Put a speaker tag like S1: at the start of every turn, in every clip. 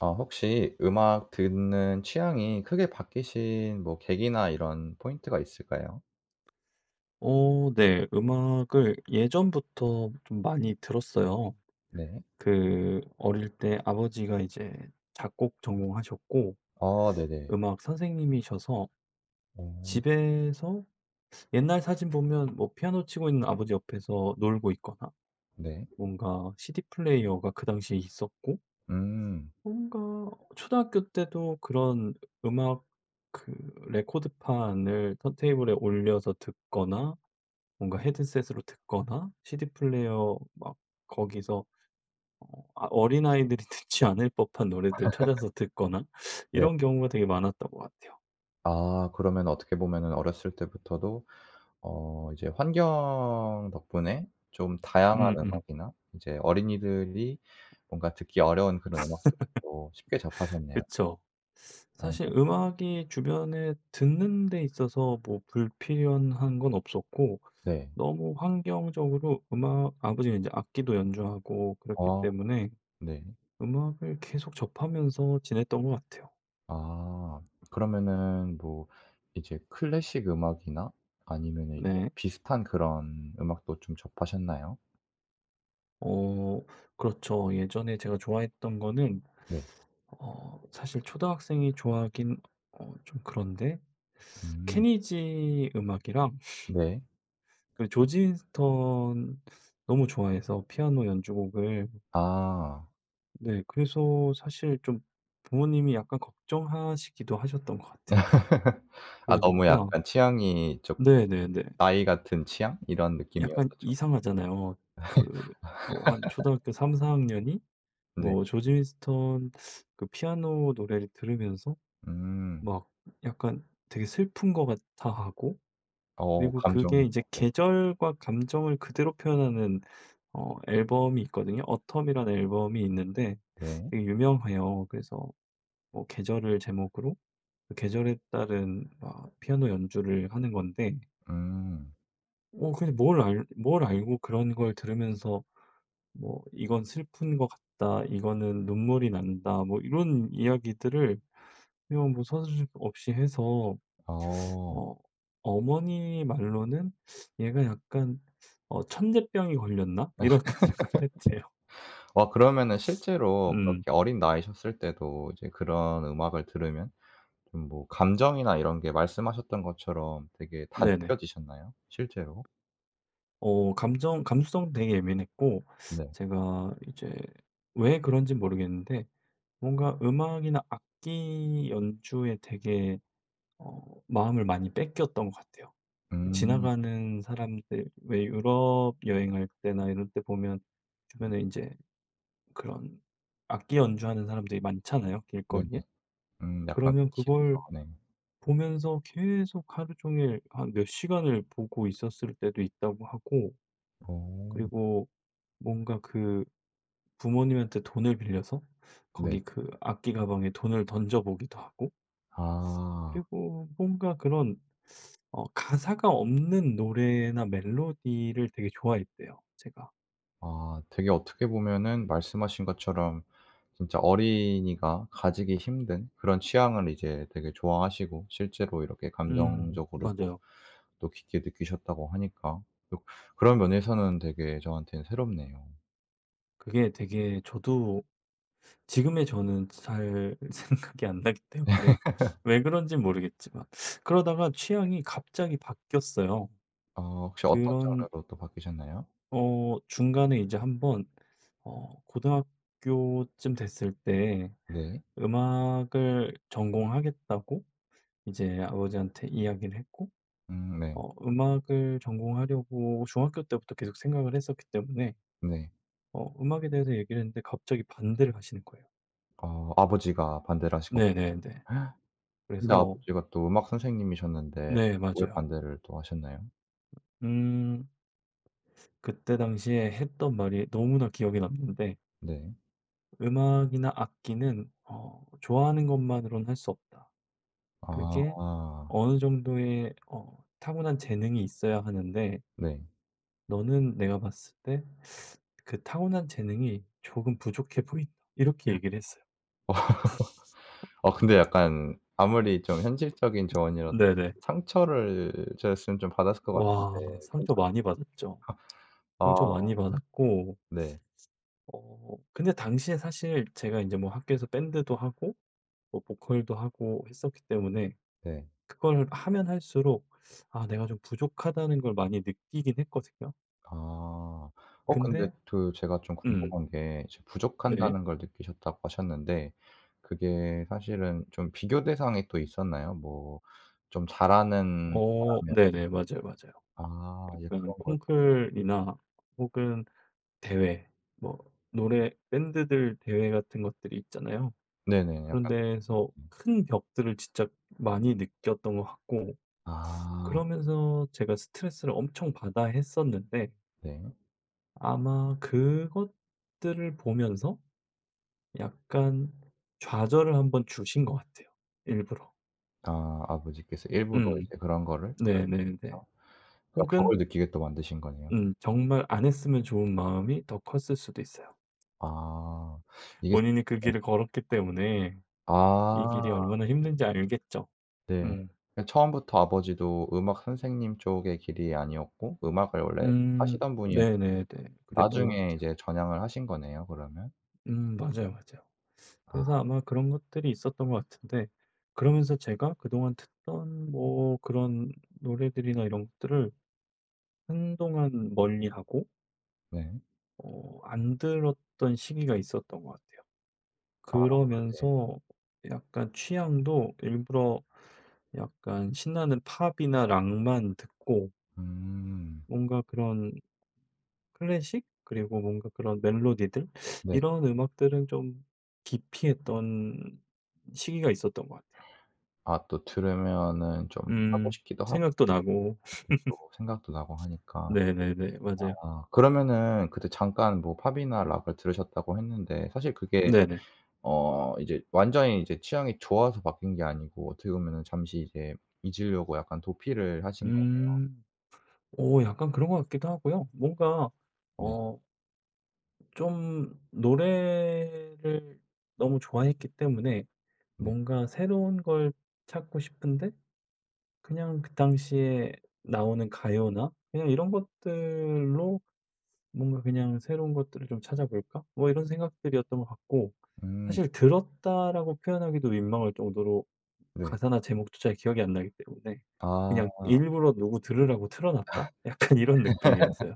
S1: 혹시 음악 듣는 취향이 크게 바뀌신 뭐 계기나 이런 포인트가 있을까요?
S2: 네. 음악을 예전부터 좀 많이 들었어요.
S1: 네.
S2: 그 어릴 때 아버지가 이제 작곡 전공하셨고
S1: 아 네네.
S2: 음악 선생님이셔서
S1: 어
S2: 집에서 옛날 사진 보면 뭐 피아노 치고 있는 아버지 옆에서 놀고 있거나
S1: 네.
S2: 뭔가 CD 플레이어가 그 당시에 있었고
S1: 음.
S2: 뭔가 초등학교 때도 그런 음악 그 레코드판을 턴테이블에 올려서 듣거나 뭔가 헤드셋으로 듣거나 CD 플레이어 막 거기서 아 어린아이들이 듣지 않을 법한 노래들 찾아서 듣거나
S1: 네.
S2: 이런 경우가 되게 많았던 것 같아요.
S1: 아 그러면 어떻게 보면은 어렸을 때부터도 이제 환경 덕분에 좀 다양한
S2: 음음.
S1: 음악이나 이제 어린이들이 뭔가 듣기 어려운 그런 음악들을 또 쉽게 접하셨네요.
S2: 그쵸.
S1: 어
S2: 사실 음악이 주변에 듣는 데 있어서 뭐 불필요한 건 없었고
S1: 네.
S2: 너무 환경적으로 음악 아버지는 이제 악기도 연주하고 그랬기
S1: 어
S2: 때문에
S1: 네.
S2: 음악을 계속 접하면서 지냈던 것 같아요.
S1: 아. 그러면은 뭐 이제 클래식 음악이나 아니면은 이제
S2: 네.
S1: 비슷한 그런 음악도 좀 접하셨나요?
S2: 어 그렇죠. 예전에 제가 좋아했던 거는
S1: 네.
S2: 사실 초등학생이 좋아하긴 좀 그런데
S1: 음
S2: 케니지 음악이랑
S1: 네.
S2: 그 조지 윈스턴 너무 좋아해서 피아노 연주곡을
S1: 아.
S2: 네 그래서 사실 좀 부모님이 약간 걱정하시기도 하셨던 것 같아요.
S1: 아 너무
S2: 그러니까
S1: 약간 취향이 좀
S2: 네네네.
S1: 나이 같은 취향 이런
S2: 약간
S1: 느낌이었었죠.
S2: 이상하잖아요. 그 뭐 한 초등학교 3-4 학년이
S1: 네.
S2: 뭐 조지 윈스턴 그 피아노 노래를 들으면서
S1: 음.
S2: 막 약간 되게 슬픈 것 같아 하고 그리고 그게
S1: 감정이
S2: 이제
S1: 네.
S2: 계절과 감정을 그대로 표현하는 앨범이 있거든요. 어텀이라는 앨범이 있는데
S1: 네.
S2: 되게 유명해요. 그래서 뭐 계절을 제목으로 그 계절에 따른 막 피아노 연주를 하는 건데
S1: 음.
S2: 근데 뭘 알고 그런 걸 들으면서 뭐 "이건 슬픈 것 같다. 이거는 눈물이 난다." 뭐 이런 이야기들을 그냥 뭐 서슴없이 해서
S1: 어.
S2: 어 어머니 말로는 '얘가 약간 천재병이 걸렸나?' 이렇게 생각을 했대요.
S1: 와 그러면은 실제로
S2: 음
S1: 그렇게 어린 나이셨을 때도 이제 그런 음악을 들으면 좀 뭐 감정이나 이런 게 말씀하셨던 것처럼 되게 다
S2: 네네.
S1: 느껴지셨나요? 실제로?
S2: 감정 감수성 되게 예민했고
S1: 네.
S2: 제가 이제 왜 그런진 모르겠는데 뭔가 음악이나 악기 연주에 되게 어 마음을 많이 뺏겼던 것 같아요. 그
S1: 음.
S2: 지나가는 사람들 왜 유럽 여행할 때나 이럴 때 보면
S1: 네.
S2: 주변에 이제 그런 악기 연주하는 사람들이 많잖아요,
S1: 네네.
S2: 길거리에.
S1: 약간
S2: 그러면 그걸
S1: 기실에서 네.
S2: 보면서 계속 하루 종일 한 몇 시간을 보고 있었을 때도 있다고 하고
S1: 어.
S2: 그리고 뭔가 그 부모님한테 돈을 빌려서 거기
S1: 네.
S2: 그 악기 가방에 돈을 던져 보기도 하고
S1: 아.
S2: 그리고 뭔가 그런 가사가 없는 노래나 멜로디를 되게 좋아했대요 제가.
S1: 아 되게 어떻게 보면은 말씀하신 것처럼 진짜 어린이가 가지기 힘든 그런 취향을 이제 되게 좋아하시고 실제로 이렇게 감정적으로도
S2: 맞아요.
S1: 또 깊게 느끼셨다고 하니까 또 그런 면에서는 되게 저한테는 새롭네요.
S2: 그게 되게 저도 지금의 저는 잘 생각이 안 나기 때문에 왜 그런지 모르겠지만 그러다가 취향이 갑자기 바뀌었어요.
S1: 혹시 어떤
S2: 그런
S1: 장르로 또 바뀌셨나요?
S2: 중간에 이제 한번 고등학교쯤 됐을 때
S1: 네.
S2: 음악을 전공하겠다고 이제 아버지한테 이야기를 했고
S1: 네.
S2: 음악을 전공하려고 중학교 때부터 계속 생각을 했었기 때문에
S1: 네.
S2: 음악에 대해서 얘기를 했는데 갑자기 반대를 하시는 거예요.
S1: 아버지가 반대를 하시고
S2: 네네네.
S1: 근데
S2: 그래서
S1: 아버지가 또 음악 선생님이셨는데
S2: 네
S1: 왜
S2: 맞아요.
S1: 반대를 또 하셨나요?
S2: 음. 그때 당시에 했던 말이 너무나 기억에 남는데
S1: 네.
S2: "음악이나 악기는 좋아하는 것만으로는 할 수 없다. 그게
S1: 아
S2: 어느 정도의 타고난 재능이 있어야 하는데
S1: 네.
S2: 너는 내가 봤을 때 그 타고난 재능이 조금 부족해 보인다." 이렇게 얘기를 했어요.
S1: 아 근데 약간 아무리 좀 현실적인 조언이라도
S2: 네네.
S1: 상처를 줬으면 좀 받았을 것 같은데
S2: 와 상처
S1: 괜찮
S2: 많이 받았죠. 상처
S1: 아
S2: 많이 받았고
S1: 네.
S2: 근데 당시에 사실 제가 이제 뭐 학교에서 밴드도 하고 뭐 보컬도 하고 했었기 때문에
S1: 네.
S2: 그걸 하면 할수록 '아 내가 좀 부족하다.'는 걸 많이 느끼긴 했거든요.
S1: 아. 근데
S2: 근데
S1: 그 제가 좀
S2: 음.
S1: 궁금한 게 이제
S2: 네.
S1: 부족하다는 걸 느끼셨다고 하셨는데 그게 사실은 좀 비교 대상이 또 있었나요? 뭐 좀 잘하는
S2: 어
S1: 사람이
S2: 네네. 맞아요, 맞아요.
S1: 아 예
S2: 약간
S1: 그런 걸 좀
S2: 콩쿨이나 혹은 대회 뭐 노래 밴드들 대회 같은 것들이 있잖아요.
S1: 네네.
S2: 그런
S1: 약간
S2: 데에서
S1: 음음.
S2: 큰 벽들을 진짜 많이 느꼈던 것 같고
S1: 아
S2: 그러면서 제가 스트레스를 엄청 받아 했었는데
S1: 네.
S2: 아마 그것들을 보면서 약간 좌절을 한번 주신 것 같아요 일부러.
S1: 아 아버지께서 일부러
S2: 음.
S1: 이제 그런 거를
S2: 네네네.
S1: 보여주셔서 그러니까 벽을
S2: 혹은
S1: 느끼게 또 만드신 거네요.
S2: 정말 안 했으면 좋은 마음이 더 컸을 수도 있어요.
S1: 아 이게
S2: 본인이 그 길을 걸었기 때문에 이
S1: 아.
S2: 길이 얼마나 힘든지 알겠죠.
S1: 네.
S2: 음.
S1: 그 처음부터 아버지도 음악 선생님 쪽의 길이 아니었고 음악을 원래
S2: 음.
S1: 하시던 분이었
S2: 네네네. 그랬던 것
S1: 나중에
S2: 같아요.
S1: 이제 전향을 하신 거네요 그러면.
S2: 맞아요, 맞아요.
S1: 아
S2: 그래서 아마 그런 것들이 있었던 것 같은데 그러면서 제가 그동안 듣던 뭐 그런 노래들이나 이런 것들을 한동안 멀리하고
S1: 네.
S2: 안 들었던 시기가 있었던 것 같아요.
S1: 아 네.
S2: 그러면서 약간 취향도 일부러 약간 신나는 팝이나 락만 듣고
S1: 음.
S2: 뭔가 그런 클래식 그리고 뭔가 그런 멜로디들
S1: 네.
S2: 이런 음악들은 좀 기피했던 시기가 있었던 것 같아요.
S1: 아 또 들으면은 좀 하고
S2: 음
S1: 싶기도 하고
S2: 생각도 나고
S1: 이제 또 생각도 나고 하니까.
S2: 네네네. 맞아요.
S1: 아 그러면은 그때 잠깐 뭐 팝이나 락을 들으셨다고 했는데 사실 그게
S2: 네네.
S1: 이제 완전히 이제 취향이 좋아서 바뀐 게 아니고 어떻게 보면은 잠시 이제 잊으려고 약간 도피를 하신 거네.
S2: 음. 오 약간 그런 것 같기도 하고요. 뭔가
S1: 네.
S2: 어 좀 노래를 너무 좋아했기 때문에
S1: 네.
S2: 뭔가 새로운 걸 찾고 싶은데 그냥 그 당시에 나오는 가요나 그냥 이런 것들로 뭔가 그냥 '새로운 것들을 좀 찾아볼까?' 뭐 이런 생각들이었던 것 같고
S1: 음.
S2: 사실 들었다라고 표현하기도 민망할 정도로
S1: 네.
S2: 가사나 제목도 잘 기억이 안 나기 때문에
S1: 아.
S2: 그냥 '일부러 누구 들으라고 틀어 놨다?' 약간 이런 느낌이었어요.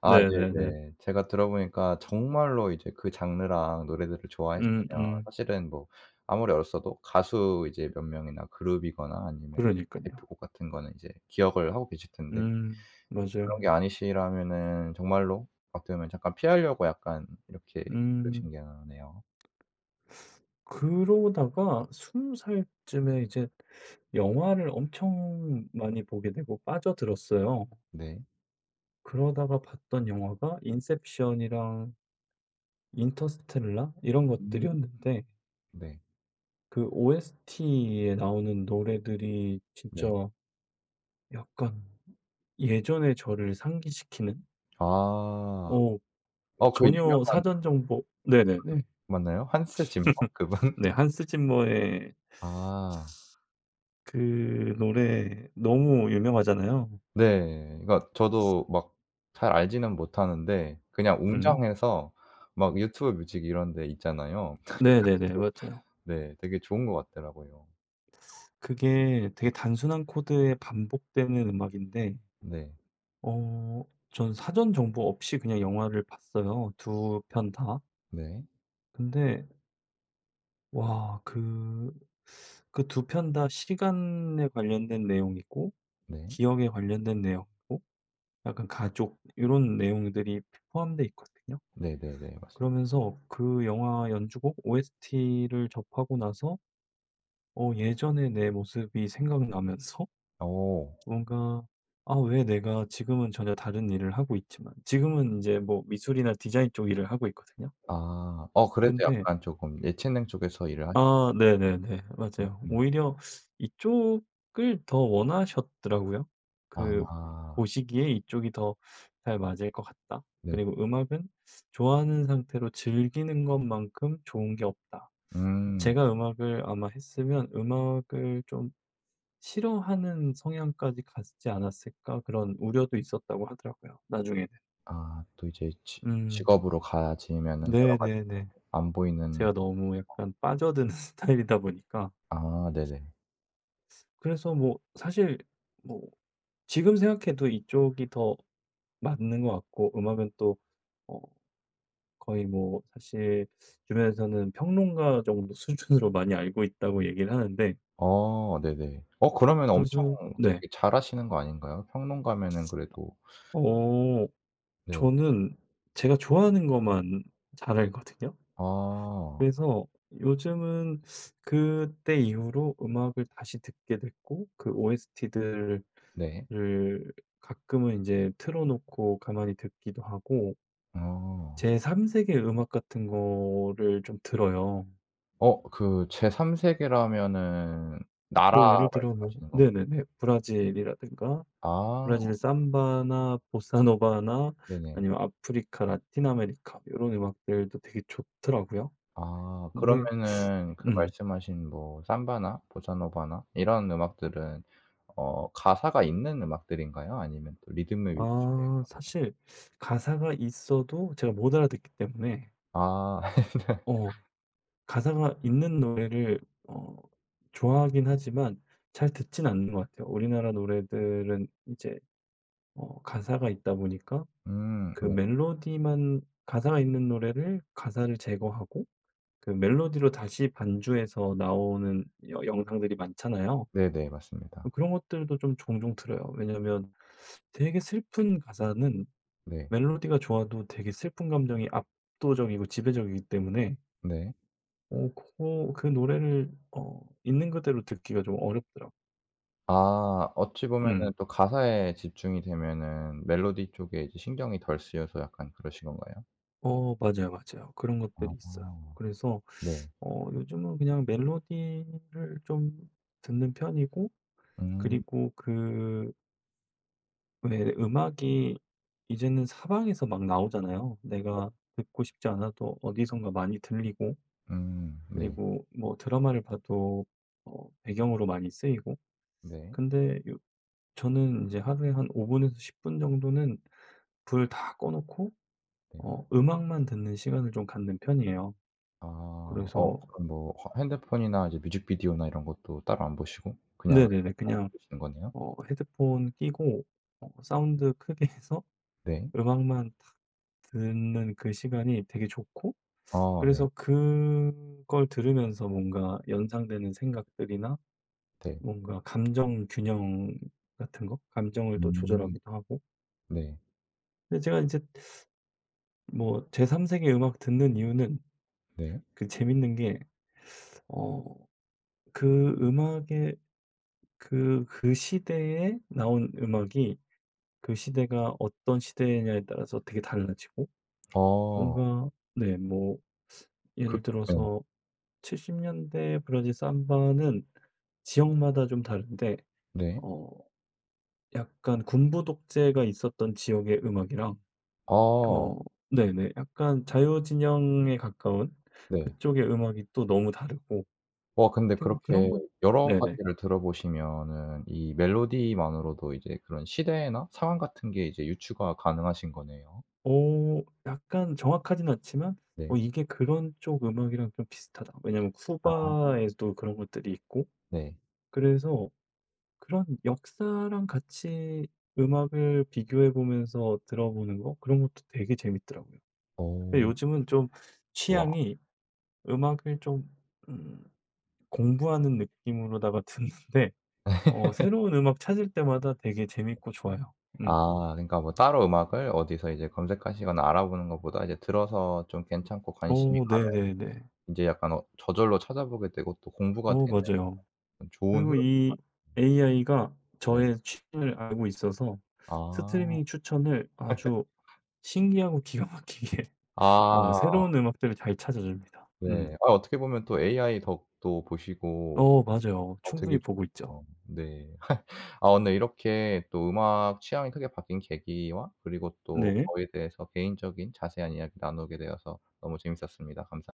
S1: 아
S2: 네네네.
S1: 네네. 제가 들어보니까 정말로 이제 그 장르랑 노래들을 좋아했으면
S2: 음음.
S1: 사실은 뭐 아무리 어렸어도 가수 이제 몇 명이나 그룹이거나 아니면
S2: 그러니깐요.
S1: 대표곡 같은 거는 이제 기억을 하고 계실 텐데
S2: 음.
S1: 그런 게
S2: 맞아요.
S1: 아니시라면은 정말로 어떻게 보면 잠깐 피하려고 약간 이렇게 들으신
S2: 음.
S1: 게 나네요.
S2: 그러다가 20 살쯤에 이제 영화를 엄청 많이 보게 되고 빠져들었어요.
S1: 네.
S2: 그러다가 봤던 영화가 인셉션이랑 인터스텔라 이런
S1: 음
S2: 것들이었는데
S1: 네.
S2: 그 OST에 나오는 노래들이
S1: 네.
S2: 진짜 약간 예전의 저를 상기시키는
S1: 아.
S2: 어
S1: 그
S2: 전혀
S1: 유명한
S2: 사전 정보 네네네.
S1: 맞나요? 한스 짐머 그분?
S2: 네. 한스 짐머의
S1: 아.
S2: 그 노래 너무 유명하잖아요.
S1: 네. 그러니까 저도 막 잘 알지는 못하는데 그냥
S2: 음.
S1: 웅장해서 막 유튜브 뮤직 이런 데 있잖아요. 그래
S2: 네네네.
S1: 가지고
S2: 맞아요.
S1: 네 되게 좋은 것 같더라고요.
S2: 그게 되게 단순한 코드에 반복되는 음악인데
S1: 네.
S2: 전 사전 정보 없이 그냥 영화를 봤어요, 두 편 다.
S1: 네.
S2: 근데 와 그 두 편 다 시간에 관련된 내용이고
S1: 네.
S2: 기억에 관련된 내용이고 약간 가족 요런 내용들이 포함돼 있거든요.
S1: 네네네. 맞습니다.
S2: 그러면서 그 영화 연주곡 OST를 접하고 나서 예전에 내 모습이 생각나면서
S1: 어.
S2: 뭔가 '아 왜 내가 지금은 전혀 다른 일을 하고 있지만' 지금은 이제 뭐 미술이나 디자인 쪽 일을 하고 있거든요.
S1: 아. 그래도
S2: 근데
S1: 약간 쪼금 예체능 쪽에서 일을 하시
S2: 아 네네네. 맞아요.
S1: 음.
S2: 오히려 이쪽을 더 원하셨더라고요. 그
S1: 아.
S2: 보시기에 '이쪽이 더 잘 맞을 것 같다.
S1: 네.
S2: 그리고 음악은 좋아하는 상태로 즐기는 것만큼 좋은 게 없다.'
S1: 음.
S2: 제가 음악을 아마 했으면 음악을 좀 싫어하는 성향까지 갔지 않았을까 그런 우려도 있었다고 하더라고요, 나중에는.
S1: 아 또 이제 지
S2: 음.
S1: 직업으로 가지면은 여러 가지 또
S2: 네네네.
S1: 안 보이는
S2: 제가 너무 약간 빠져드는 스타일이다 보니까
S1: 아 네네.
S2: 그래서 뭐 사실 뭐 지금 생각해도 이쪽이 더 맞는 것 같고 음악은 또 어 거의 뭐 사실 주변에서는 평론가 정도 수준으로 많이 알고 있다고 얘기를 하는데
S1: 어 네네. 그러면 엄청
S2: 그래서 네.
S1: 되게 잘하시는 거 아닌가요? 평론가면은 그래도
S2: 어
S1: 네.
S2: 저는 제가 좋아하는 것만 잘 알거든요.
S1: 아
S2: 그래서 요즘은 그때 이후로 음악을 다시 듣게 됐고 그 OST들을
S1: 네.
S2: 가끔은 이제 틀어 놓고 가만히 듣기도 하고
S1: 어.
S2: 제 3 세계 음악 같은 거를 좀 들어요.
S1: 그 제3 세계라면은 나라
S2: 뭐 예를 들어 뭐
S1: 말씀하시는 건
S2: 네네네. 브라질이라든가
S1: 아
S2: 브라질 삼바나 보사노바나
S1: 네네.
S2: 아니면 아프리카, 라틴 아메리카 이런 음악들도 되게 좋더라고요.
S1: 아
S2: 근데
S1: 그러면은 그
S2: 음.
S1: 말씀하신 뭐 삼바나 보사노바나 이런 음악들은 가사가 있는 음악들인가요? 아니면 또 리듬 위주의
S2: 아
S1: 음악인가요?
S2: 사실 가사가 있어도 제가 못 알아듣기 때문에
S1: 아. 네.
S2: 어 가사가 있는 노래를 어 좋아하긴 하지만 잘 듣진 않는 것 같아요. 우리나라 노래들은 이제 가사가 있다 보니까 그
S1: 네.
S2: 멜로디만 가사가 있는 노래를 가사를 제거하고 그 멜로디로 다시 반주해서 나오는 여 영상들이 많잖아요.
S1: 네네. 맞습니다.
S2: 그런 것들도 좀 종종 들어요. 왜냐면 되게 슬픈 가사는
S1: 네.
S2: 멜로디가 좋아도 되게 슬픈 감정이 압도적이고 지배적이기 때문에
S1: 네.
S2: 어 그 노래를 있는 그대로 듣기가 좀 어렵더라고요.
S1: 아 어찌 보면은
S2: 음.
S1: 또 가사에 집중이 되면은 멜로디 쪽에 이제 신경이 덜 쓰여서 약간 그러신 건가요?
S2: 맞아요, 맞아요. 그런 것들이 있어요.
S1: 아.
S2: 그래서
S1: 네.
S2: 요즘은 그냥 멜로디를 좀 듣는 편이고
S1: 음.
S2: 그리고 그 왜 음악이 이제는 사방에서 막 나오잖아요. 내가 듣고 싶지 않아도 어디선가 많이 들리고
S1: 음. 네.
S2: 그리고 뭐 드라마를 봐도 배경으로 많이 쓰이고
S1: 네.
S2: 근데 요 저는 이제 하루에 한 5 분에서 10분 정도는 불 다 꺼 놓고
S1: 네.
S2: 음악만 듣는 시간을 좀 갖는 편이에요.
S1: 아.
S2: 그래서
S1: 그럼 뭐 화 핸드폰이나 이제 뮤직비디오나 이런 것도 따로 안 보시고 그냥
S2: 네네네.
S1: 음악만
S2: 그냥
S1: 들으시는 거네요?
S2: 헤드폰 끼고 사운드 크게 해서
S1: 네.
S2: 음악만 탁 듣는 그 시간이 되게 좋고
S1: 아 네.
S2: 그래서 그걸 들으면서 뭔가 연상되는 생각들이나
S1: 네.
S2: 뭔가 감정 균형 같은 거 감정을 또
S1: 음.
S2: 조절하기도 하고
S1: 네.
S2: 근데 제가 이제 뭐 제 3 세계 음악 듣는 이유는
S1: 네.
S2: 그 재밌는 게 어 그 음악의 그 시대에 나온 음악이 그 시대가 어떤 시대냐에 따라서 되게 달라지고
S1: 어.
S2: 뭔가 네 뭐
S1: 그
S2: 예를
S1: 네.
S2: 들어서 70 년대 브라질 삼바는 지역마다 좀 다른데
S1: 네.
S2: 어 약간 군부 독재가 있었던 지역의 음악이랑
S1: 아.
S2: 어 네네 약간 자유 진영에 가까운
S1: 네.
S2: 그쪽의 음악이 또 너무 다르고
S1: 근데
S2: 그리고 그런
S1: 그렇게
S2: 것
S1: 여러
S2: 네네.
S1: 가지를 들어보시면은 이 멜로디만으로도 이제 그런 시대나 상황 같은 게 이제 유추가 가능하신 거네요.
S2: 약간 정확하진 않지만
S1: 네.
S2: 이게 그런 쪽 음악이랑 좀 비슷하다. 왜냐면
S1: 아
S2: 쿠바에도 그런 것들이 있고
S1: 네.
S2: 그래서 그런 역사랑 같이 음악을 비교해 보면서 들어보는 거 그런 것도 되게 재밌더라고요. 근데
S1: 어.
S2: 요즘은 좀
S1: 와.
S2: 취향이 음악을 좀 음 공부하는 느낌으로다가 듣는데 새로운 음악 찾을 때마다 되게 재밌고 좋아요. 음.
S1: 아 그러니까 뭐 따로 음악을 어디서 이제 검색하시거나 알아보는 것보다 이제 들어서 좀 괜찮고 관심이
S2: 오,
S1: 가면
S2: 네네네.
S1: 인제 약간 저절로 찾아보게 되고 또 공부가
S2: 오,
S1: 되는
S2: 맞아요.
S1: 그런 좋은
S2: 그리고
S1: 흐름
S2: 이 AI가
S1: 네.
S2: 저의 취미를 알고 있어서
S1: 아.
S2: 스트리밍 추천을 아주 신기하고 기가 막히게
S1: 아
S2: 새로운 음악들을 잘 찾아줍니다. 음.
S1: 네. 아 어떻게 보면 또 AI 덕도 보시고
S2: 맞아요.
S1: 되게
S2: 충분히 보고 있죠.
S1: 좋네요. 네. 아 오늘 이렇게 또 음악 취향이 크게 바뀐 계기와 그리고 또
S2: 네.
S1: 거기에 대해서 개인적인 자세한 이야기 나누게 되어서 너무 재밌었습니다. 감사 합니다